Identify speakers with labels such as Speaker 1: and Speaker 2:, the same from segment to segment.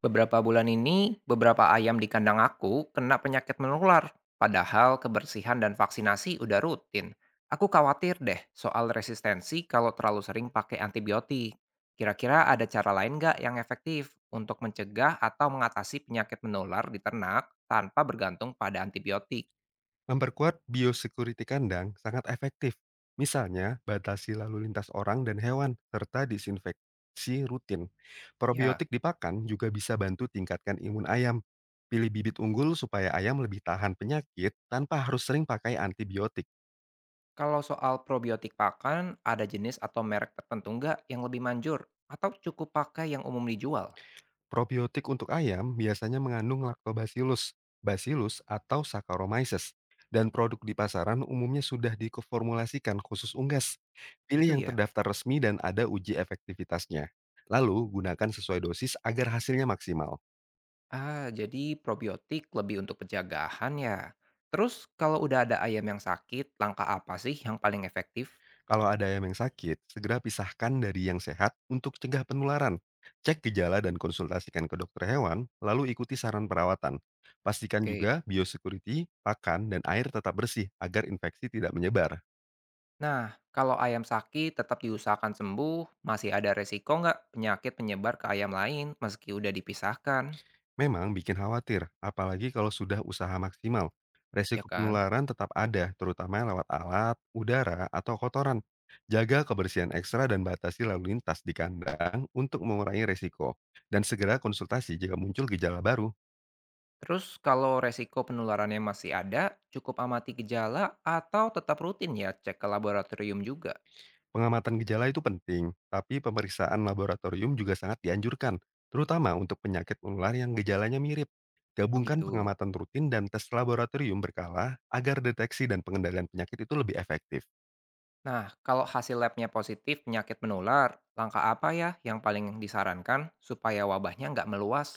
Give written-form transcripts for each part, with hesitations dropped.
Speaker 1: Beberapa bulan ini, beberapa ayam di kandang aku kena penyakit menular. Padahal kebersihan dan vaksinasi udah rutin. Aku khawatir deh soal resistensi kalau terlalu sering pakai antibiotik. Kira-kira ada cara lain nggak yang efektif untuk mencegah atau mengatasi penyakit menular di ternak tanpa bergantung pada antibiotik?
Speaker 2: Memperkuat biosecurity kandang sangat efektif. Misalnya, batasi lalu lintas orang dan hewan, serta disinfeksi rutin.
Speaker 1: Ya,
Speaker 2: Probiotik di pakan juga bisa bantu tingkatkan imun ayam. Pilih bibit unggul supaya ayam lebih tahan penyakit tanpa harus sering pakai antibiotik.
Speaker 1: kalau soal probiotik pakan, ada jenis atau merek tertentu nggak yang lebih manjur? Atau cukup pakai yang umum dijual?
Speaker 2: Probiotik untuk ayam biasanya mengandung lactobacillus, bacillus atau saccharomyces, dan produk di pasaran umumnya sudah diformulasikan khusus unggas.
Speaker 1: Itu
Speaker 2: Pilih yang
Speaker 1: ya.
Speaker 2: terdaftar resmi dan ada uji efektivitasnya. Lalu, gunakan sesuai dosis agar hasilnya maksimal.
Speaker 1: Ah, jadi probiotik lebih untuk pencegahan ya. Terus kalau udah ada ayam yang sakit, langkah apa sih yang paling efektif?
Speaker 2: Kalau ada ayam yang sakit, segera pisahkan dari yang sehat untuk cegah penularan. Cek gejala dan konsultasikan ke dokter hewan, lalu ikuti saran perawatan. Pastikan
Speaker 1: Oke.
Speaker 2: juga biosecurity, pakan, dan air tetap bersih agar infeksi tidak menyebar.
Speaker 1: Nah, kalau ayam sakit tetap diusahakan sembuh, masih ada resiko nggak penyakit menyebar ke ayam lain meski udah dipisahkan,
Speaker 2: Memang bikin khawatir, apalagi kalau sudah usaha maksimal.
Speaker 1: ya
Speaker 2: Resiko
Speaker 1: kan?
Speaker 2: penularan tetap ada, terutama lewat alat, udara, atau kotoran. Jaga kebersihan ekstra dan batasi lalu lintas di kandang untuk mengurangi resiko. Dan segera konsultasi jika muncul gejala baru.
Speaker 1: Terus kalau resiko penularannya masih ada, cukup amati gejala atau tetap rutin ya cek ke laboratorium juga.
Speaker 2: Pengamatan gejala itu penting, tapi pemeriksaan laboratorium juga sangat dianjurkan, terutama untuk penyakit menular yang gejalanya mirip.
Speaker 1: Oh
Speaker 2: Gabungkan
Speaker 1: gitu.
Speaker 2: pengamatan rutin dan tes laboratorium berkala agar deteksi dan pengendalian penyakit itu lebih efektif.
Speaker 1: Nah, kalau hasil labnya positif penyakit menular, langkah apa ya yang paling disarankan supaya wabahnya nggak meluas?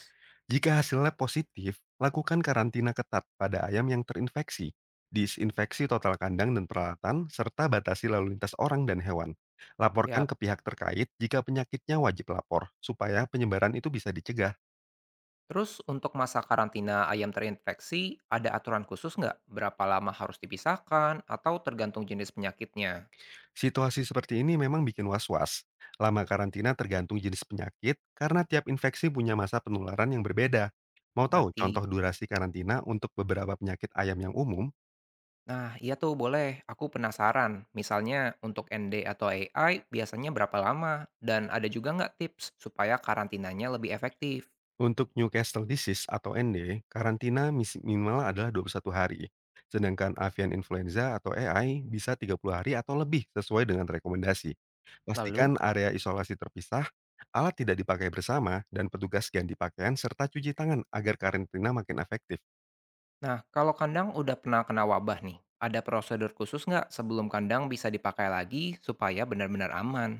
Speaker 2: Jika hasil lab positif, lakukan karantina ketat pada ayam yang terinfeksi, disinfeksi total kandang dan peralatan, serta batasi lalu lintas orang dan hewan. Laporkan
Speaker 1: Siap.
Speaker 2: ke pihak terkait jika penyakitnya wajib lapor, supaya penyebaran itu bisa dicegah.
Speaker 1: Terus untuk masa karantina ayam terinfeksi, ada aturan khusus nggak? Berapa lama harus dipisahkan atau tergantung jenis penyakitnya?
Speaker 2: Situasi seperti ini memang bikin was-was. Lama karantina tergantung jenis penyakit, karena tiap infeksi punya masa penularan yang berbeda. Mau tahu
Speaker 1: Ngerti.
Speaker 2: contoh durasi karantina untuk beberapa penyakit ayam yang umum?
Speaker 1: Nah, iya tuh boleh. Aku penasaran. Misalnya untuk ND atau AI biasanya berapa lama? Dan ada juga nggak tips supaya karantinanya lebih efektif?
Speaker 2: Untuk Newcastle disease atau ND, karantina minimal adalah 21 hari. Sedangkan avian influenza atau AI bisa 30 hari atau lebih sesuai dengan rekomendasi.
Speaker 1: Lalu?
Speaker 2: Pastikan area isolasi terpisah, alat tidak dipakai bersama, dan petugas ganti pakaian serta cuci tangan agar karantina makin efektif.
Speaker 1: Nah, kalau kandang udah pernah kena wabah nih, ada prosedur khusus nggak sebelum kandang bisa dipakai lagi supaya benar-benar aman?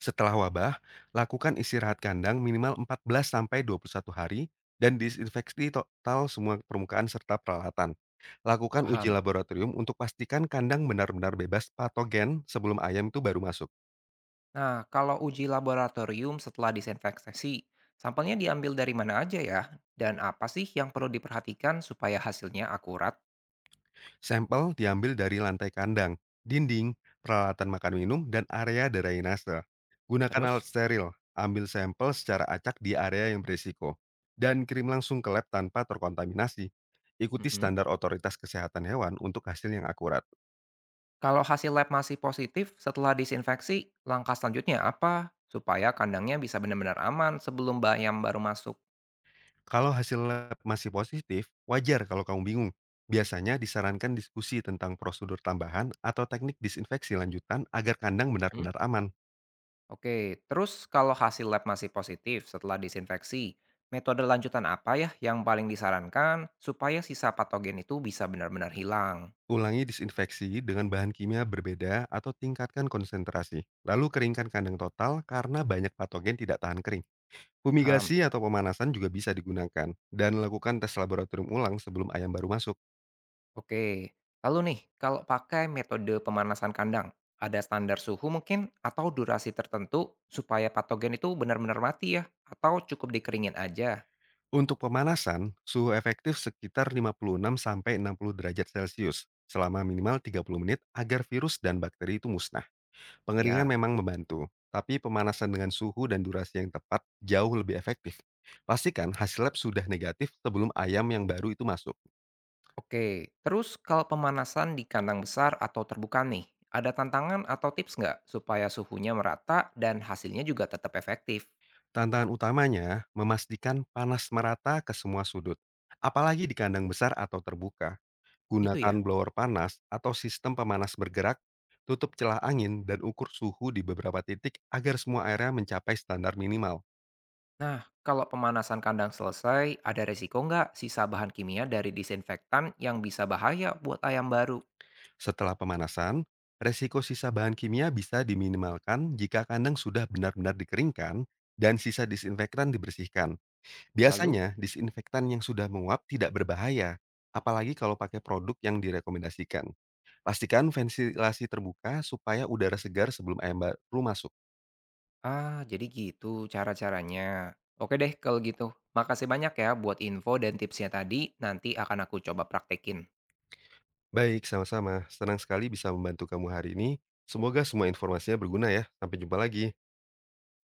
Speaker 2: Setelah wabah, lakukan istirahat kandang minimal 14-21 hari dan disinfeksi total semua permukaan serta peralatan. Lakukan uji
Speaker 1: Paham?
Speaker 2: laboratorium untuk pastikan kandang benar-benar bebas patogen sebelum ayam itu baru masuk.
Speaker 1: Nah, kalau uji laboratorium setelah disinfeksi, sampelnya diambil dari mana aja ya? Dan apa sih yang perlu diperhatikan supaya hasilnya akurat?
Speaker 2: Sampel diambil dari lantai kandang, dinding, peralatan makan minum, dan area drainase. Gunakan alat
Speaker 1: Terus?
Speaker 2: steril, ambil sampel secara acak di area yang berisiko, dan kirim langsung ke lab tanpa terkontaminasi. Ikuti
Speaker 1: Mm-mm.
Speaker 2: standar otoritas kesehatan hewan untuk hasil yang akurat.
Speaker 1: Kalau hasil lab masih positif setelah disinfeksi, langkah selanjutnya apa? Supaya kandangnya bisa benar-benar aman sebelum bayam baru masuk.
Speaker 2: Kalau hasil lab masih positif, wajar kalau kamu bingung. Biasanya disarankan diskusi tentang prosedur tambahan atau teknik disinfeksi lanjutan agar kandang benar-benar aman.
Speaker 1: Oke, terus kalau hasil lab masih positif setelah disinfeksi, metode lanjutan apa ya yang paling disarankan supaya sisa patogen itu bisa benar-benar hilang?
Speaker 2: Ulangi disinfeksi dengan bahan kimia berbeda atau tingkatkan konsentrasi. Lalu keringkan kandang total karena banyak patogen tidak tahan kering.
Speaker 1: Paham?
Speaker 2: Fumigasi atau pemanasan juga bisa digunakan dan lakukan tes laboratorium ulang sebelum ayam baru masuk.
Speaker 1: Oke. Lalu nih, kalau pakai metode pemanasan kandang, ada standar suhu mungkin atau durasi tertentu supaya patogen itu benar-benar mati ya? Atau cukup dikeringin aja?
Speaker 2: Untuk pemanasan, suhu efektif sekitar 56 sampai 60 derajat Celcius selama minimal 30 menit agar virus dan bakteri itu musnah. Pengeringan
Speaker 1: Ya.
Speaker 2: memang membantu, tapi pemanasan dengan suhu dan durasi yang tepat jauh lebih efektif. Pastikan hasil lab sudah negatif sebelum ayam yang baru itu masuk.
Speaker 1: Oke, terus kalau pemanasan di kandang besar atau terbuka nih, ada tantangan atau tips nggak supaya suhunya merata dan hasilnya juga tetap efektif?
Speaker 2: Tantangan utamanya memastikan panas merata ke semua sudut, apalagi di kandang besar atau terbuka.
Speaker 1: Itu ya.
Speaker 2: Gunakan blower panas atau sistem pemanas bergerak, tutup celah angin dan ukur suhu di beberapa titik agar semua area mencapai standar minimal.
Speaker 1: Nah, kalau pemanasan kandang selesai, ada resiko nggak sisa bahan kimia dari disinfektan yang bisa bahaya buat ayam baru?
Speaker 2: Setelah pemanasan, resiko sisa bahan kimia bisa diminimalkan jika kandang sudah benar-benar dikeringkan dan sisa disinfektan dibersihkan.
Speaker 1: Lalu?
Speaker 2: Biasanya, disinfektan yang sudah menguap tidak berbahaya, apalagi kalau pakai produk yang direkomendasikan. Pastikan ventilasi terbuka supaya udara segar sebelum ayam baru masuk.
Speaker 1: Ah, jadi gitu cara-caranya. Oke deh kalau gitu. Makasih banyak ya buat info dan tipsnya tadi, nanti akan aku coba praktekin.
Speaker 2: Baik, sama-sama. Senang sekali bisa membantu kamu hari ini. Semoga semua informasinya berguna ya. Sampai jumpa lagi.